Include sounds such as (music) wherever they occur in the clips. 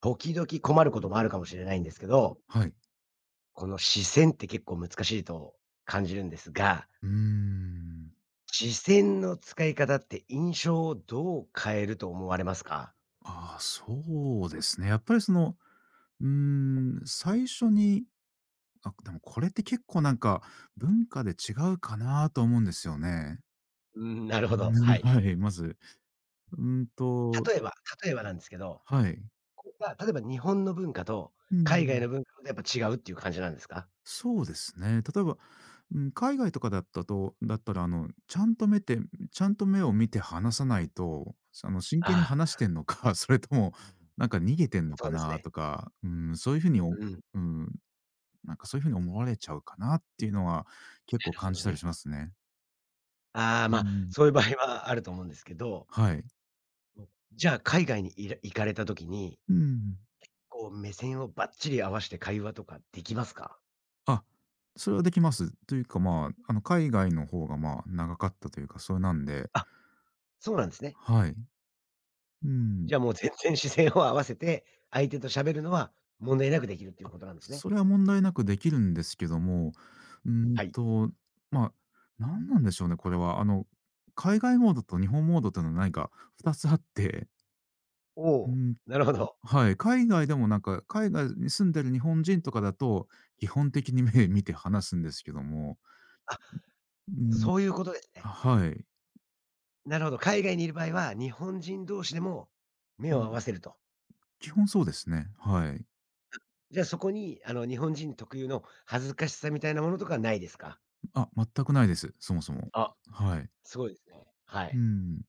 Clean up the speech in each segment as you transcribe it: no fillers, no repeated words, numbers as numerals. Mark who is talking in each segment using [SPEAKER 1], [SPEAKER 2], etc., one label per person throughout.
[SPEAKER 1] 時々困ることもあるかもしれないんですけど、
[SPEAKER 2] はい。
[SPEAKER 1] この視線って結構難しいと感じるんですが、
[SPEAKER 2] うーん。
[SPEAKER 1] 視線の使い方って印象をどう変えると思われますか？
[SPEAKER 2] ああ、そうですね。やっぱり最初に、あ、でもこれって結構なんか、文化で違うかなと思うんですよね。
[SPEAKER 1] なるほど、
[SPEAKER 2] うん。
[SPEAKER 1] はい。
[SPEAKER 2] はい、まず、うーんと
[SPEAKER 1] 例えば例えばなんですけど、
[SPEAKER 2] はい。
[SPEAKER 1] これが例えば日本の文化と
[SPEAKER 2] う
[SPEAKER 1] 海外の
[SPEAKER 2] ん、
[SPEAKER 1] 文化だとやっぱ違うっていう感じなんですか？
[SPEAKER 2] そうですね。例えば、うん、海外とかだったら、ちゃんとちゃんと目を見て話さないと、真剣に
[SPEAKER 1] あ
[SPEAKER 2] 話
[SPEAKER 1] あ、
[SPEAKER 2] してんのか、(laughs) それともなんか逃げてんの
[SPEAKER 1] そ
[SPEAKER 2] か
[SPEAKER 1] うです
[SPEAKER 2] な
[SPEAKER 1] ね。
[SPEAKER 2] とか、うん、そういうふうにお
[SPEAKER 1] うん、な
[SPEAKER 2] うん、なんかそういう風に思われちゃうかなっていうのは結構
[SPEAKER 1] るほ
[SPEAKER 2] 感じ
[SPEAKER 1] ど
[SPEAKER 2] たりし
[SPEAKER 1] ね。
[SPEAKER 2] ますね。
[SPEAKER 1] ああ、
[SPEAKER 2] う
[SPEAKER 1] まあ、
[SPEAKER 2] ん。
[SPEAKER 1] そういう場合はあると思うんですけど、
[SPEAKER 2] はい。
[SPEAKER 1] じゃあ海外に行かれた時に、
[SPEAKER 2] うん。
[SPEAKER 1] こう目線をバッチリ合わして会話とかできますか？
[SPEAKER 2] あ、それはできます。というか、まあ、海外の方が、まあ、長かったというか、それなんで、
[SPEAKER 1] あ、そうなんですね。
[SPEAKER 2] はい。うん。
[SPEAKER 1] じゃあもう全然視線を合わせて、相手と喋るのは問題なくできるっていう
[SPEAKER 2] あ、
[SPEAKER 1] ことなんですね。
[SPEAKER 2] それは問題なくできるんですけども、うーん
[SPEAKER 1] はい。
[SPEAKER 2] と、まあ、なんなんでしょうね、これは。海外モードと日本モードというのは何か2つあって
[SPEAKER 1] お
[SPEAKER 2] う
[SPEAKER 1] お、
[SPEAKER 2] んと、
[SPEAKER 1] なるほど。
[SPEAKER 2] はい、海外でもなんか、海外に住んでる日本人とかだと、基本的に目見て話すんですけども、
[SPEAKER 1] あ、
[SPEAKER 2] うん、
[SPEAKER 1] そういうことですね。
[SPEAKER 2] はい。
[SPEAKER 1] なるほど。海外にいる場合は、日本人同士でも目を合わせると。
[SPEAKER 2] 基本そうですね、はい。
[SPEAKER 1] じゃあそこにあの日本人特有の恥ずかしさみたいなものとかはないですか？
[SPEAKER 2] あ、全くないです、そもそも。
[SPEAKER 1] あ、
[SPEAKER 2] はい。
[SPEAKER 1] すごいですね。は
[SPEAKER 2] う
[SPEAKER 1] い。
[SPEAKER 2] ん、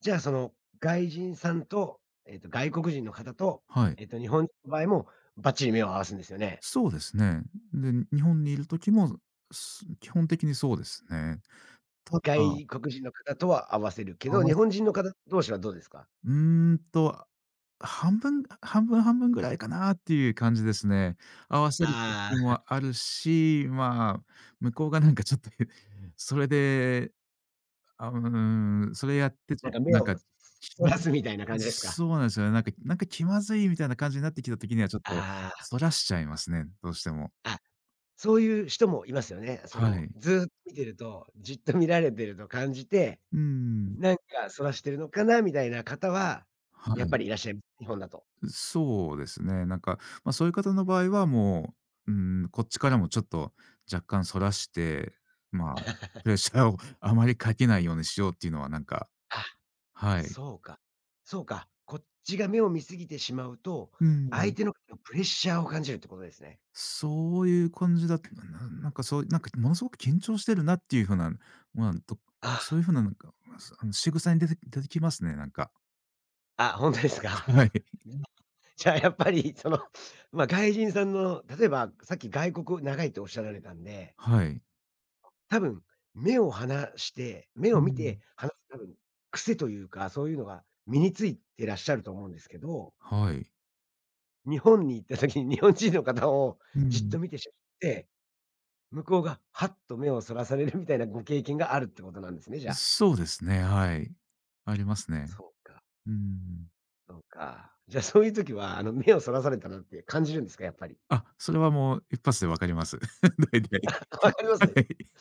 [SPEAKER 1] じゃあ、その外人さんと、外国人の方と、
[SPEAKER 2] はい。
[SPEAKER 1] 日本人の場合もバッチリ目を合わすんですよね。
[SPEAKER 2] そうですね。で、日本にいる時も、基本的にそうですね。ただ
[SPEAKER 1] 外国人の方とは合わせるけ
[SPEAKER 2] 合
[SPEAKER 1] ど、
[SPEAKER 2] わ
[SPEAKER 1] 日本人の方同士はどうですか？
[SPEAKER 2] うーんと、半分半分半分ぐらいかなっていう感じですね。合わせる
[SPEAKER 1] あ
[SPEAKER 2] 時
[SPEAKER 1] あ。
[SPEAKER 2] もあるし、まあ、向こうがなんかちょっと (laughs)、それで、あ、それやってちょ
[SPEAKER 1] なん
[SPEAKER 2] っ
[SPEAKER 1] か
[SPEAKER 2] と
[SPEAKER 1] 目
[SPEAKER 2] なん
[SPEAKER 1] を
[SPEAKER 2] か、気
[SPEAKER 1] そ
[SPEAKER 2] ま
[SPEAKER 1] らす
[SPEAKER 2] ず
[SPEAKER 1] みたいな感じですか？
[SPEAKER 2] そうなんですよね。なんか気まずいみたいな感じになってきた時にはちょっと、
[SPEAKER 1] あ
[SPEAKER 2] そらしちゃいますね、どうしても。
[SPEAKER 1] あ、あ。そういう人もいますよね。そ
[SPEAKER 2] は
[SPEAKER 1] の、
[SPEAKER 2] い。
[SPEAKER 1] ずっと見てると、じっと見られてると感じて、
[SPEAKER 2] ううん。
[SPEAKER 1] なんかそらしてるのかなみたいな方は、
[SPEAKER 2] は
[SPEAKER 1] やっ
[SPEAKER 2] い。
[SPEAKER 1] ぱりいらっしゃいます日本だと。
[SPEAKER 2] そうですね。なんか、まあ、そういう方の場合はもう、うん、こっちからもちょっと若干そらして、まあ、プレッシャーを (laughs) あまりかけないようにしようっていうのはなんか、はい。
[SPEAKER 1] そうか。そうか。こっちが目を見すぎてしまうと、
[SPEAKER 2] う
[SPEAKER 1] 相
[SPEAKER 2] ん。
[SPEAKER 1] 手のプレッシャーを感じるってことですね。
[SPEAKER 2] そういう感じだと、なんかそうなんかものすごく緊張してるなっていう風な、まあ、そう
[SPEAKER 1] あ
[SPEAKER 2] いう風ななんか、まあの、仕草に出てきますね、なんか。
[SPEAKER 1] あ、あ、ほんとですか。
[SPEAKER 2] (laughs) はい。
[SPEAKER 1] (laughs) じゃあやっぱりその、ま、外人さんの、例えばさっき外国長いっておっしゃられたんで、
[SPEAKER 2] はい。
[SPEAKER 1] 多分目を離して、目
[SPEAKER 2] う
[SPEAKER 1] を見て
[SPEAKER 2] ん。
[SPEAKER 1] 話す多分癖というか、そういうのが身についてらっしゃると思うんですけど、
[SPEAKER 2] はい。
[SPEAKER 1] 日本に行った時に日本人の方を
[SPEAKER 2] う
[SPEAKER 1] じっ
[SPEAKER 2] ん。
[SPEAKER 1] と見てしまって向こうがはっと目をそらされるみたいなご経験があるってことなんですね、じゃあ。
[SPEAKER 2] そうですね、はい。ありますね。
[SPEAKER 1] そうか、
[SPEAKER 2] うん。
[SPEAKER 1] そうか。じゃあそういう時は、あの、目をそらされたなって感じるんですか？やっぱり。
[SPEAKER 2] あ、それはもう一発でわかります。(laughs) 大体。
[SPEAKER 1] (laughs) わかりま
[SPEAKER 2] は
[SPEAKER 1] す？
[SPEAKER 2] い。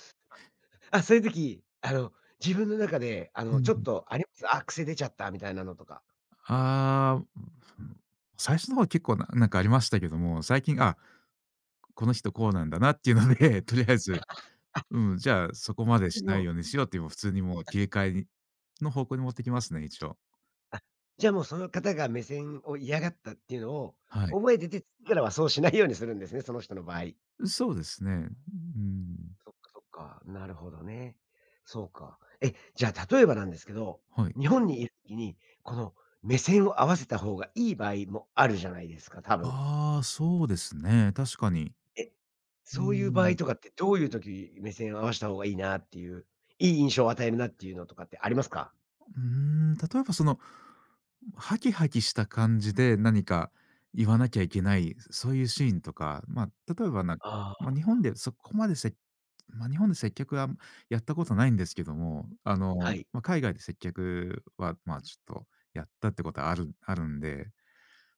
[SPEAKER 1] あ、そういう時、あの、自分の中で、あ
[SPEAKER 2] う
[SPEAKER 1] の、ちょっ
[SPEAKER 2] ん。
[SPEAKER 1] とあります？あ、癖出ちゃったみたいなのとか。
[SPEAKER 2] ああ、最初の方は結構なんかありましたけども、最近、あ、この人こうなんだなっていうので、(laughs) とりあえず、うん、じゃあそこまで
[SPEAKER 1] で
[SPEAKER 2] しない
[SPEAKER 1] も、
[SPEAKER 2] ようにしようっていう、普通にもう切り替えにの方向に持ってきますね、一応。
[SPEAKER 1] あ、じゃあもうその方が目線を嫌がったっていうのを
[SPEAKER 2] はい。
[SPEAKER 1] 覚えてて、次からはそうしないようにするんですね、その人の場合。
[SPEAKER 2] そうですね。うん。
[SPEAKER 1] そっかそっか、なるほどね。そうか。え、じゃあ例えばなんですけど、
[SPEAKER 2] はい。
[SPEAKER 1] 日本にいる時に、この目線を合わせた方がいい場合もあるじゃないですか、多分。
[SPEAKER 2] ああ、そうですね、確かに。
[SPEAKER 1] え、
[SPEAKER 2] う
[SPEAKER 1] そういう場合
[SPEAKER 2] ん。
[SPEAKER 1] とかってどういう時、目線を合わせた方がいいなっていう、いい印象を与えるなっていうのとかってありますか？
[SPEAKER 2] 例えばハキハキした感じで何か言わなきゃいけない、そういうシーンとか、まあ、例えばなんか、
[SPEAKER 1] あ
[SPEAKER 2] まあ、
[SPEAKER 1] あ、
[SPEAKER 2] 日本でそこまでせまあ、日本で接客はやったことないんですけども、
[SPEAKER 1] はい。
[SPEAKER 2] まあ、海外で接客は、まあ、ちょっとやったってことはあるんで、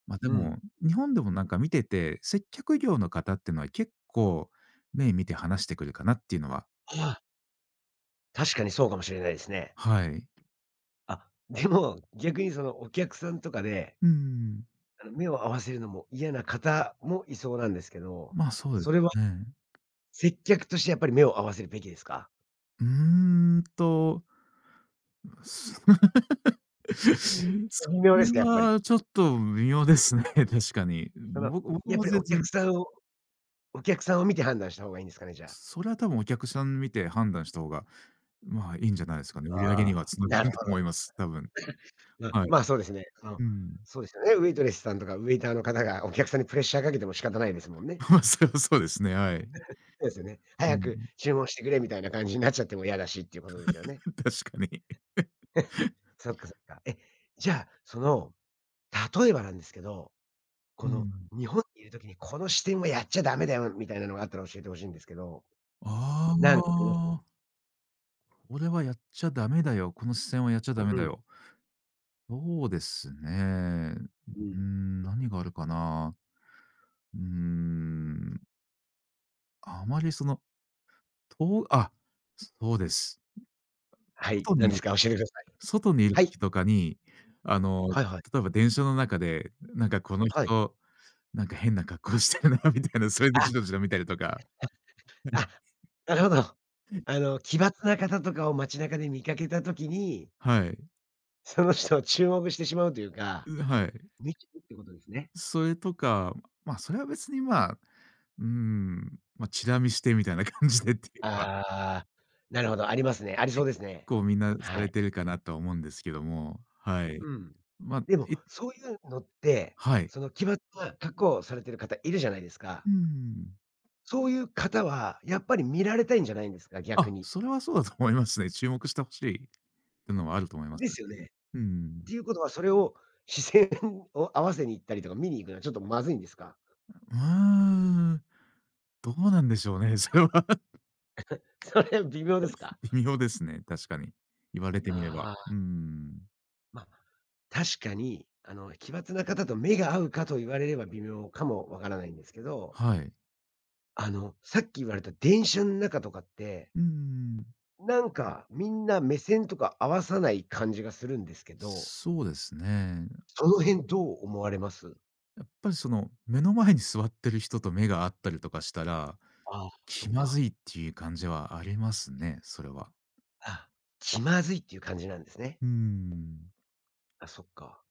[SPEAKER 2] まあ、で
[SPEAKER 1] うん。
[SPEAKER 2] も、日本でもなんか見てて、接客業の方っていうのは結構目見て話してくるかなっていうのは、
[SPEAKER 1] ああ、確かにそうかもしれないですね。
[SPEAKER 2] はい。
[SPEAKER 1] あ、でも、逆にそのお客さんとかで、
[SPEAKER 2] うん。
[SPEAKER 1] あの、目を合わせるのも嫌な方もいそうなんですけど、
[SPEAKER 2] まあ、そうで
[SPEAKER 1] そ
[SPEAKER 2] す
[SPEAKER 1] れは
[SPEAKER 2] ね。
[SPEAKER 1] 接客としてやっぱり目を合わせるべきですか？
[SPEAKER 2] うーんと、す (laughs) そ
[SPEAKER 1] 微妙で
[SPEAKER 2] れ
[SPEAKER 1] すか、やっぱり。
[SPEAKER 2] はちょっと微妙ですね、(laughs) 確かに。
[SPEAKER 1] その、
[SPEAKER 2] 僕
[SPEAKER 1] やっ
[SPEAKER 2] も
[SPEAKER 1] ぱり
[SPEAKER 2] 全
[SPEAKER 1] お客
[SPEAKER 2] 然、
[SPEAKER 1] さんをお客さんを見て判断した方がいいんですかね、じゃあ。
[SPEAKER 2] それは多分お客さん見て判断した方が、まあ、いいんじゃないですかね。
[SPEAKER 1] あ
[SPEAKER 2] 売り上げには
[SPEAKER 1] あ。
[SPEAKER 2] つなが
[SPEAKER 1] なる
[SPEAKER 2] ると
[SPEAKER 1] ほ
[SPEAKER 2] 思い
[SPEAKER 1] ど。
[SPEAKER 2] ます、多分。
[SPEAKER 1] うん、
[SPEAKER 2] はい。
[SPEAKER 1] まあ、そうですね。あの、
[SPEAKER 2] うん。
[SPEAKER 1] そうですよね、ウェイトレスさんとかウェイターの方がお客さんにプレッシャーかけても仕方ないですもんね。
[SPEAKER 2] (laughs) まあ、それはそうですね、はい。
[SPEAKER 1] そうですよね。
[SPEAKER 2] う
[SPEAKER 1] 早く
[SPEAKER 2] ん。
[SPEAKER 1] 注文してくれみたいな感じになっちゃっても嫌だしっていうことですよね。
[SPEAKER 2] (laughs) 確かに。
[SPEAKER 1] そっかそっか。え、じゃあ、その、例えばなんですけど、
[SPEAKER 2] う
[SPEAKER 1] この
[SPEAKER 2] ん。
[SPEAKER 1] 日本にいる時にこの視点はやっちゃダメだよみたいなのがあったら教えて欲しいんですけど、
[SPEAKER 2] あ
[SPEAKER 1] なんか
[SPEAKER 2] あ、
[SPEAKER 1] (unintelligible)
[SPEAKER 2] これはやっちゃダメだよ、この視線はやっちゃダメ
[SPEAKER 1] う
[SPEAKER 2] だ
[SPEAKER 1] ん、
[SPEAKER 2] よ。そうですね。
[SPEAKER 1] う
[SPEAKER 2] う
[SPEAKER 1] ん。
[SPEAKER 2] ん、何があるかな。うーん、あまりその、とあ、そうです。
[SPEAKER 1] はい、
[SPEAKER 2] 外に
[SPEAKER 1] 何
[SPEAKER 2] い
[SPEAKER 1] で
[SPEAKER 2] る
[SPEAKER 1] すか？教えてください。
[SPEAKER 2] 外にいる
[SPEAKER 1] はい。
[SPEAKER 2] 時とかに、あの、
[SPEAKER 1] はいはい。
[SPEAKER 2] 例えば電車の中で、なんかこの
[SPEAKER 1] はい。
[SPEAKER 2] 人、なんか変な格好してるなみたいな、それでじろ
[SPEAKER 1] あ、
[SPEAKER 2] じろ見たりとか、
[SPEAKER 1] あ、なるほど。あの、奇抜な方とかを街中で見かけた時に、
[SPEAKER 2] はい。
[SPEAKER 1] その人を注目してしまうというか、
[SPEAKER 2] はい。
[SPEAKER 1] 見ちゃうってことですね。
[SPEAKER 2] それとか、ま、それは別に、まあ、ま、チラ見してみたいな感じでっていうのは、
[SPEAKER 1] ああ、なるほど、ありますね。ありそう
[SPEAKER 2] 結
[SPEAKER 1] ですね。
[SPEAKER 2] 構みんなさ
[SPEAKER 1] は
[SPEAKER 2] れ
[SPEAKER 1] い。
[SPEAKER 2] てるかなとは思うんですけども、はい。
[SPEAKER 1] うん。
[SPEAKER 2] ま、
[SPEAKER 1] でも、
[SPEAKER 2] い
[SPEAKER 1] そういうのって、
[SPEAKER 2] はい。
[SPEAKER 1] その奇抜な格好をされてる方いるじゃないですか。
[SPEAKER 2] うーん。
[SPEAKER 1] そういう方は、やっぱり見られたいんじゃないんですか？逆
[SPEAKER 2] あ、
[SPEAKER 1] に。
[SPEAKER 2] それはそうだと思いますね。注目して欲しいっていうのはあると思います。
[SPEAKER 1] ですよね。
[SPEAKER 2] うん。
[SPEAKER 1] ていうことは、それを視線を合わせに行ったりとか見に行くのはちょっとまずいんですか？
[SPEAKER 2] うーん、どうなんでしょうね。(laughs) それは (laughs)
[SPEAKER 1] (laughs) それ微妙ですか？
[SPEAKER 2] 微妙ですね、確かに。言われてみれば。
[SPEAKER 1] ああ、
[SPEAKER 2] うん。
[SPEAKER 1] ま、確かに、あの、奇抜な方と目が合うかと言われれば微妙かもわからないんですけど、
[SPEAKER 2] はい。
[SPEAKER 1] あの、さっき言われた電車ん中とかって、
[SPEAKER 2] うん。
[SPEAKER 1] なんかみんな目線とか合わさない感じがするんですけど、
[SPEAKER 2] そうですね。
[SPEAKER 1] その辺どう思われます？
[SPEAKER 2] やっぱり目の前に座ってる人と目が合ったりとかしたら、
[SPEAKER 1] ああ、そ
[SPEAKER 2] 気
[SPEAKER 1] っ
[SPEAKER 2] ま
[SPEAKER 1] か。
[SPEAKER 2] ずいっていう感じはありますね、それは。
[SPEAKER 1] ああ、気まずいっていう感じなんですね。
[SPEAKER 2] うん。
[SPEAKER 1] あ、そっか。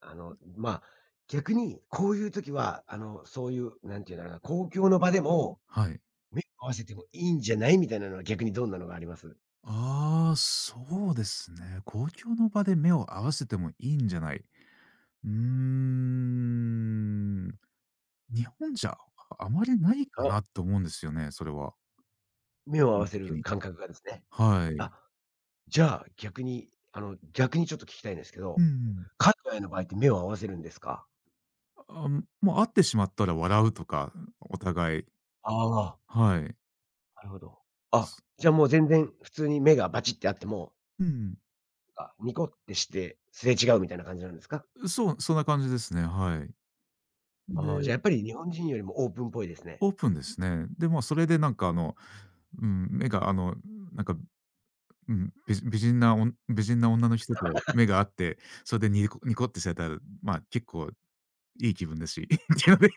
[SPEAKER 1] あの、まあ、逆に、こういう時は、あの、そういう、なんていうんだろうな、公共の場でも、
[SPEAKER 2] はい。
[SPEAKER 1] 目を合わせてもいいんじゃないみたいなのは逆にどんなのがあります？
[SPEAKER 2] ああ、そうですね。公共の場で目を合わせてもいいんじゃない。うーん。日本じゃ、あまりないか
[SPEAKER 1] あ。
[SPEAKER 2] なと思うんですよね、それは、
[SPEAKER 1] 目を
[SPEAKER 2] 基
[SPEAKER 1] 合わ
[SPEAKER 2] 本
[SPEAKER 1] せ
[SPEAKER 2] 的
[SPEAKER 1] る
[SPEAKER 2] に。
[SPEAKER 1] 感覚がですね。
[SPEAKER 2] は
[SPEAKER 1] あ、
[SPEAKER 2] い。
[SPEAKER 1] じゃあ、逆に、あの、逆にちょっと聞きたいんですけ
[SPEAKER 2] うん
[SPEAKER 1] ど、
[SPEAKER 2] うん。
[SPEAKER 1] 海外の場合って目を合わせるんですか？
[SPEAKER 2] あ、もう会ってしまったら笑うとか、お互い。
[SPEAKER 1] ああ、
[SPEAKER 2] はい。
[SPEAKER 1] なるほど。あ、
[SPEAKER 2] す
[SPEAKER 1] じゃあもう全然普通に目がバチってあっても、
[SPEAKER 2] うん。
[SPEAKER 1] あ、ニコってしてすれ違うみたいな感じなんですか？
[SPEAKER 2] そう、そんな感じですね、はい。
[SPEAKER 1] ああ、じ
[SPEAKER 2] で、
[SPEAKER 1] ゃあやっぱり日本人よりもオープンっぽいですね。
[SPEAKER 2] オープンですね。で、まあ、それでなんかうん、目がなんか、うん、美人な女の人と目が合って、それでニコニコってされたら、まあ、結構いい気分ですし、(laughs) っていうので、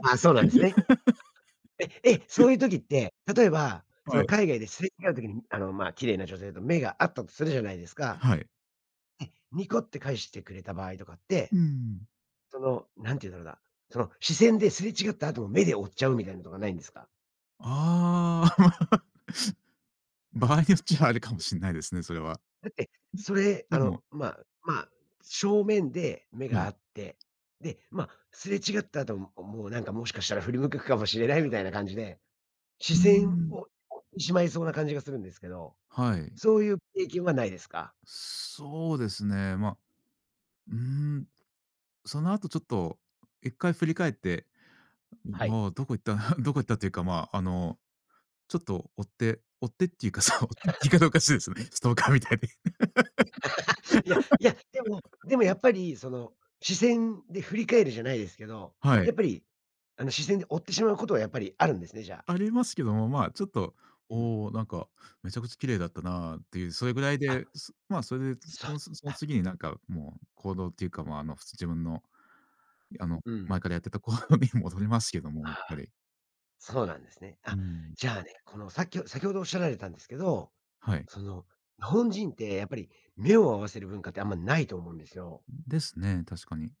[SPEAKER 1] あ、そうなんですね。え、え、そういう時って、例えば、そ
[SPEAKER 2] は
[SPEAKER 1] の
[SPEAKER 2] い。
[SPEAKER 1] 海外ですれ違う時に、あの、まあ、綺麗な女性と目が合ったとするじゃないですか。
[SPEAKER 2] はい。
[SPEAKER 1] で、ニコって返してくれた場合とかって、
[SPEAKER 2] うん。
[SPEAKER 1] その、なんて言うんだろうな、その視線ですれ違った後も目で追っちゃうみたいなのとかないんですか？
[SPEAKER 2] ああ。(laughs) 場合によっちゃあれかもしれないですね、それは。
[SPEAKER 1] だって、それ、あ
[SPEAKER 2] で
[SPEAKER 1] の、
[SPEAKER 2] も、
[SPEAKER 1] まあまあ、正面で目
[SPEAKER 2] は
[SPEAKER 1] が合
[SPEAKER 2] い。
[SPEAKER 1] って、で、まあ、すれ違った後も、もうなんかもしかしたら振り向くかもしれないみたいな感じで、
[SPEAKER 2] う
[SPEAKER 1] 視
[SPEAKER 2] ー
[SPEAKER 1] 線
[SPEAKER 2] ん、
[SPEAKER 1] を追ってしまいそうな感じがするんですけど、
[SPEAKER 2] はい。
[SPEAKER 1] そういう経験はないですか？
[SPEAKER 2] そうですね、まあ、うーん、その後ちょっと一回振り返って、
[SPEAKER 1] はい。
[SPEAKER 2] ああ、どこ行った (laughs) どこ行ったというか、まあ、ちょっと追って追ってっていうか、(laughs) 追ってって言い方おかしいですね。ストーカーみたいで。
[SPEAKER 1] いや、いや、でもやっぱりその、視線で振り返るじゃないですけど、
[SPEAKER 2] はい。
[SPEAKER 1] やっぱり、あの視線で追ってしまうことはやっぱりあるんですね、じゃあ。
[SPEAKER 2] ありますけども、まあ、ちょっと、
[SPEAKER 1] うん。
[SPEAKER 2] おお、なんか、めちゃくちゃ綺麗だったなっていう、それぐらい
[SPEAKER 1] あ、
[SPEAKER 2] で、まあ、それで、
[SPEAKER 1] そう、
[SPEAKER 2] その
[SPEAKER 1] あ、
[SPEAKER 2] 次になんか、もう行動っていうか、まあ、自分の、あの、
[SPEAKER 1] うん。
[SPEAKER 2] 前からやってた行動に (laughs) 戻りますけども、やっぱ
[SPEAKER 1] あ
[SPEAKER 2] り。
[SPEAKER 1] そうなんですね。
[SPEAKER 2] うー
[SPEAKER 1] あ、
[SPEAKER 2] ん、
[SPEAKER 1] じゃあね、このさっき先ほどおっしゃられたんですけど、
[SPEAKER 2] はい。
[SPEAKER 1] その、日本人ってやっぱり目を合わせる文化ってあんまないと思うんですよ。
[SPEAKER 2] ですね、確かに。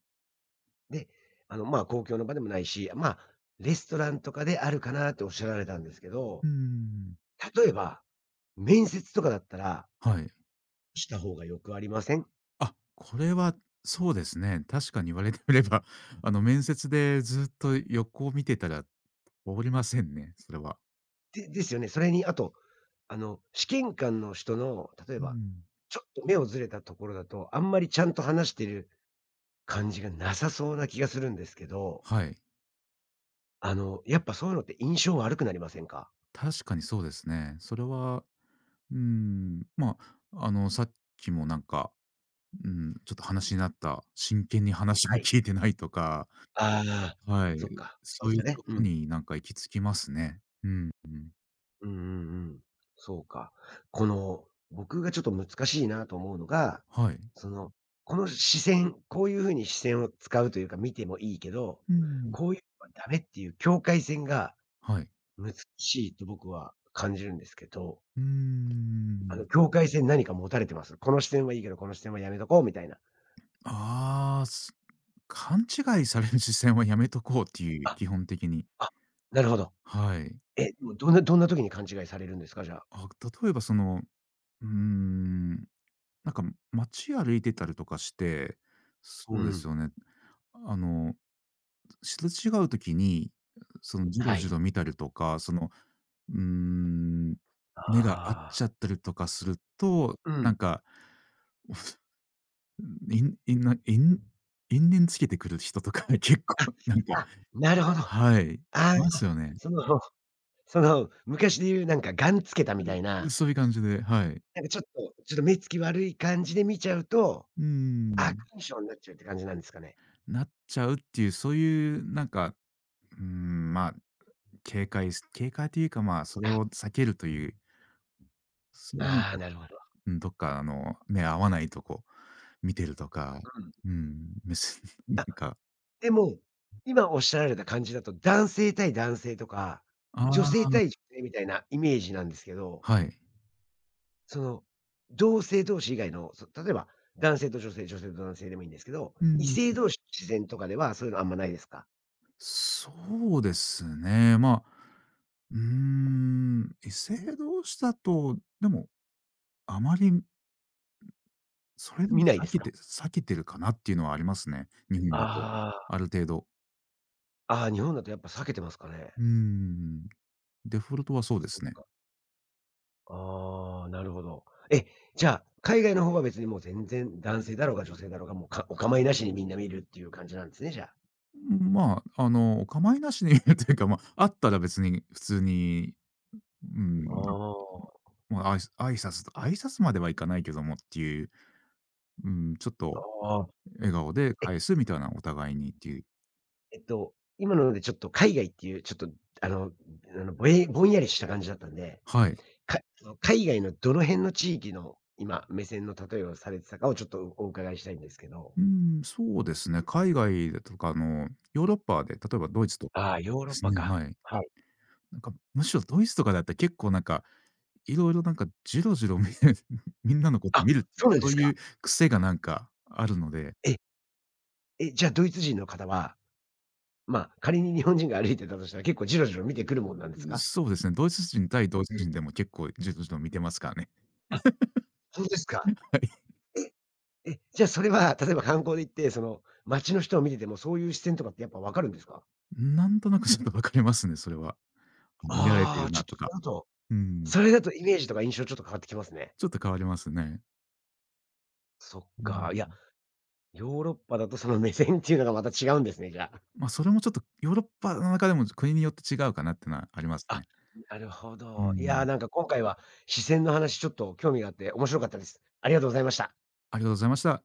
[SPEAKER 1] で、あの、まあ、公共の場でもないし、まあ、レストランとかであるかなっておっしゃられたんですけど、
[SPEAKER 2] うーん、
[SPEAKER 1] 例えば、面接とかだったら
[SPEAKER 2] はい。
[SPEAKER 1] した方がよくありません？
[SPEAKER 2] あ、これはそうですね。確かに言われてみれば、面接でずっと横を見てたら、おりませんね、それは。
[SPEAKER 1] でですよね。それにあと、試験官の人の、例え
[SPEAKER 2] う
[SPEAKER 1] ば、
[SPEAKER 2] ん、
[SPEAKER 1] ちょっと目をずれたところだと、あんまりちゃんと話してる感じがなさそうな気がするんですけど、
[SPEAKER 2] はい。
[SPEAKER 1] やっぱそういうのって印象悪くなりませんか？
[SPEAKER 2] 確かにそうですね。それは、うん、まあ、さっきもなんか、うん、ちょっと話になった、真剣に話を
[SPEAKER 1] はい。
[SPEAKER 2] 聞いてないとか、
[SPEAKER 1] ああ、
[SPEAKER 2] はい、
[SPEAKER 1] そっか。そう
[SPEAKER 2] そ
[SPEAKER 1] で
[SPEAKER 2] う
[SPEAKER 1] し
[SPEAKER 2] い
[SPEAKER 1] た
[SPEAKER 2] う
[SPEAKER 1] ね。
[SPEAKER 2] と
[SPEAKER 1] う
[SPEAKER 2] こ
[SPEAKER 1] ん。
[SPEAKER 2] になんか行き着きますね。うん、うん。
[SPEAKER 1] うんうんうん。そうか。この、僕がちょっと難しいなと思うのが、
[SPEAKER 2] はい。
[SPEAKER 1] その、この視線、こういう風に視線を使うというか見てもいいけど、
[SPEAKER 2] うん、
[SPEAKER 1] こういうのはダメっていう境界線が
[SPEAKER 2] はい。
[SPEAKER 1] 難しいと僕は感じるんですけど、
[SPEAKER 2] うー
[SPEAKER 1] あの
[SPEAKER 2] ん。
[SPEAKER 1] 境界線何か持たれてます？この視線はいいけど、この視線はやめとこうみたいな。
[SPEAKER 2] ああ、勘違いされる視線はやめとこうっていう、
[SPEAKER 1] あ、
[SPEAKER 2] 基本的に。
[SPEAKER 1] あ、なるほど。
[SPEAKER 2] はい。
[SPEAKER 1] え、でもどんな時に勘違いされるんですか？じゃあ。
[SPEAKER 2] あ、例えばうーん、なんか街歩いてたりとかして、
[SPEAKER 1] う
[SPEAKER 2] そうです
[SPEAKER 1] ん。
[SPEAKER 2] よね。あのすれ違う時に、じろ
[SPEAKER 1] は
[SPEAKER 2] じ
[SPEAKER 1] い。
[SPEAKER 2] ろ見たりとか、うーん、
[SPEAKER 1] あ
[SPEAKER 2] 目が合っち
[SPEAKER 1] あ。
[SPEAKER 2] ゃったりとかすると、
[SPEAKER 1] うん。
[SPEAKER 2] なんか、(laughs) 因んいんな因因縁つけてくる人とか (laughs) 結
[SPEAKER 1] あ、
[SPEAKER 2] 構なんか、
[SPEAKER 1] あ、なるほど。あ
[SPEAKER 2] はい、い
[SPEAKER 1] あ、
[SPEAKER 2] ますよね。
[SPEAKER 1] そのその、昔で言うなんかガンつけたみたいな、
[SPEAKER 2] そういう感じで、はい。
[SPEAKER 1] なんかちょっと目つき悪い感じで見ちゃうと、
[SPEAKER 2] うー
[SPEAKER 1] 悪
[SPEAKER 2] ん、
[SPEAKER 1] 印象になっちゃうって感じなんですかね？
[SPEAKER 2] なっちゃうっていう、そういうなんか、まあ、警戒というか、まあ、それ
[SPEAKER 1] あ、
[SPEAKER 2] を避けるという、そういうなん
[SPEAKER 1] ああ、
[SPEAKER 2] か
[SPEAKER 1] なるほど。
[SPEAKER 2] うん、どっか目合わないとこ見てるとか、
[SPEAKER 1] うん。
[SPEAKER 2] うん、(laughs) なん
[SPEAKER 1] あ、
[SPEAKER 2] か
[SPEAKER 1] でも、今おっしゃられた感じだと、男性対男性とか、
[SPEAKER 2] あ
[SPEAKER 1] 女性
[SPEAKER 2] あ、
[SPEAKER 1] 対女性みたいなイメージなんですけど、
[SPEAKER 2] はい。
[SPEAKER 1] その、同性同士以外の、例えば、男性と女性、女性と男性でもいいんですけど、
[SPEAKER 2] う
[SPEAKER 1] 異
[SPEAKER 2] ん、
[SPEAKER 1] 性同士の自然とかではそういうのあんまないですか？
[SPEAKER 2] そうですね、まあ、異性同士だと、でも、あまりそれでも
[SPEAKER 1] 見ないで
[SPEAKER 2] 避
[SPEAKER 1] す
[SPEAKER 2] け
[SPEAKER 1] か？
[SPEAKER 2] て避けてるかなっていうのはありますね、日本だと、
[SPEAKER 1] あ
[SPEAKER 2] ある程度。
[SPEAKER 1] あ、ああ、日本だとやっぱ避けてますかね。
[SPEAKER 2] うーん、デフォルトはそうで
[SPEAKER 1] そ
[SPEAKER 2] す
[SPEAKER 1] う
[SPEAKER 2] ね。
[SPEAKER 1] か。ああ、なるほど。え、じゃあ、海外の方は別にもう全然男性だろうが女性だろうが、もうお構いなしにみんな見るっていう感じなんですね、じゃあ。
[SPEAKER 2] うん、まあ、お構いなしに言う (laughs) というか、ま、あったら別に普通に、うん、
[SPEAKER 1] あ
[SPEAKER 2] もう、挨拶と挨拶まではいかないけどもっていう、うん、ちょっと
[SPEAKER 1] あ、ああ。
[SPEAKER 2] 笑顔で
[SPEAKER 1] え、
[SPEAKER 2] 返すみたいな、お互いにっていう。
[SPEAKER 1] えっと、今のでちょっと海外っていう、ちょっとあの、あの、ぼんやりした感じだったんで、
[SPEAKER 2] はい。
[SPEAKER 1] その海外のどの辺の地域の今、目線の例えをされてたかをちょっとお伺いしたいんですけど。
[SPEAKER 2] うん、そうですね。海外だとか、ヨーロッパで、例えばドイツとか
[SPEAKER 1] ああ、ヨーロ
[SPEAKER 2] で
[SPEAKER 1] ッ
[SPEAKER 2] す
[SPEAKER 1] パ
[SPEAKER 2] ね、
[SPEAKER 1] か。
[SPEAKER 2] はい。
[SPEAKER 1] はい。
[SPEAKER 2] なんか、むしろドイツとかだったら結構なんか、いろいろなんかジロジロ(laughs) みんなのこと
[SPEAKER 1] あ、
[SPEAKER 2] 見るってい
[SPEAKER 1] そ
[SPEAKER 2] う、
[SPEAKER 1] うなんで
[SPEAKER 2] そう
[SPEAKER 1] す
[SPEAKER 2] い
[SPEAKER 1] か。
[SPEAKER 2] う癖がなんかあるので、
[SPEAKER 1] え、え、じゃあドイツ人の方はまあ、仮に日本人が歩いてたとしたら、結構じろじろ見てくるもんなんですか？
[SPEAKER 2] そうですね、ドイツ人対ドイ
[SPEAKER 1] え
[SPEAKER 2] ツ人
[SPEAKER 1] え。
[SPEAKER 2] でも結構ジロジロ見てますからね。
[SPEAKER 1] あ、ほんとですか？え、え、じゃあそれは、例えば観光で行って、その、街の人を見てても、そういう視線とかってやっぱ分かるんですか？
[SPEAKER 2] なんとなくちょっとわかりますね、それは。見られて
[SPEAKER 1] ああ、
[SPEAKER 2] る
[SPEAKER 1] ちょっ
[SPEAKER 2] な
[SPEAKER 1] と
[SPEAKER 2] と
[SPEAKER 1] それ
[SPEAKER 2] か。
[SPEAKER 1] だと
[SPEAKER 2] うん。
[SPEAKER 1] それだとイメージとか印象ちょっと変わってきますね。
[SPEAKER 2] ちょっと変わりますね。
[SPEAKER 1] そっ
[SPEAKER 2] うん。
[SPEAKER 1] か、いや、ヨーロッパだとその目線っていうのがまた違うんですね、じゃあ。
[SPEAKER 2] まあ、それもちょっとヨーロッパの中でも国によって違うかなってのはあります
[SPEAKER 1] あ、
[SPEAKER 2] ね。
[SPEAKER 1] なるほ
[SPEAKER 2] う
[SPEAKER 1] ど。いや、
[SPEAKER 2] ん。
[SPEAKER 1] なんか今回は視線の話ちょっと興味があって面白かったです。ありがとうございました。
[SPEAKER 2] ありがとうございました。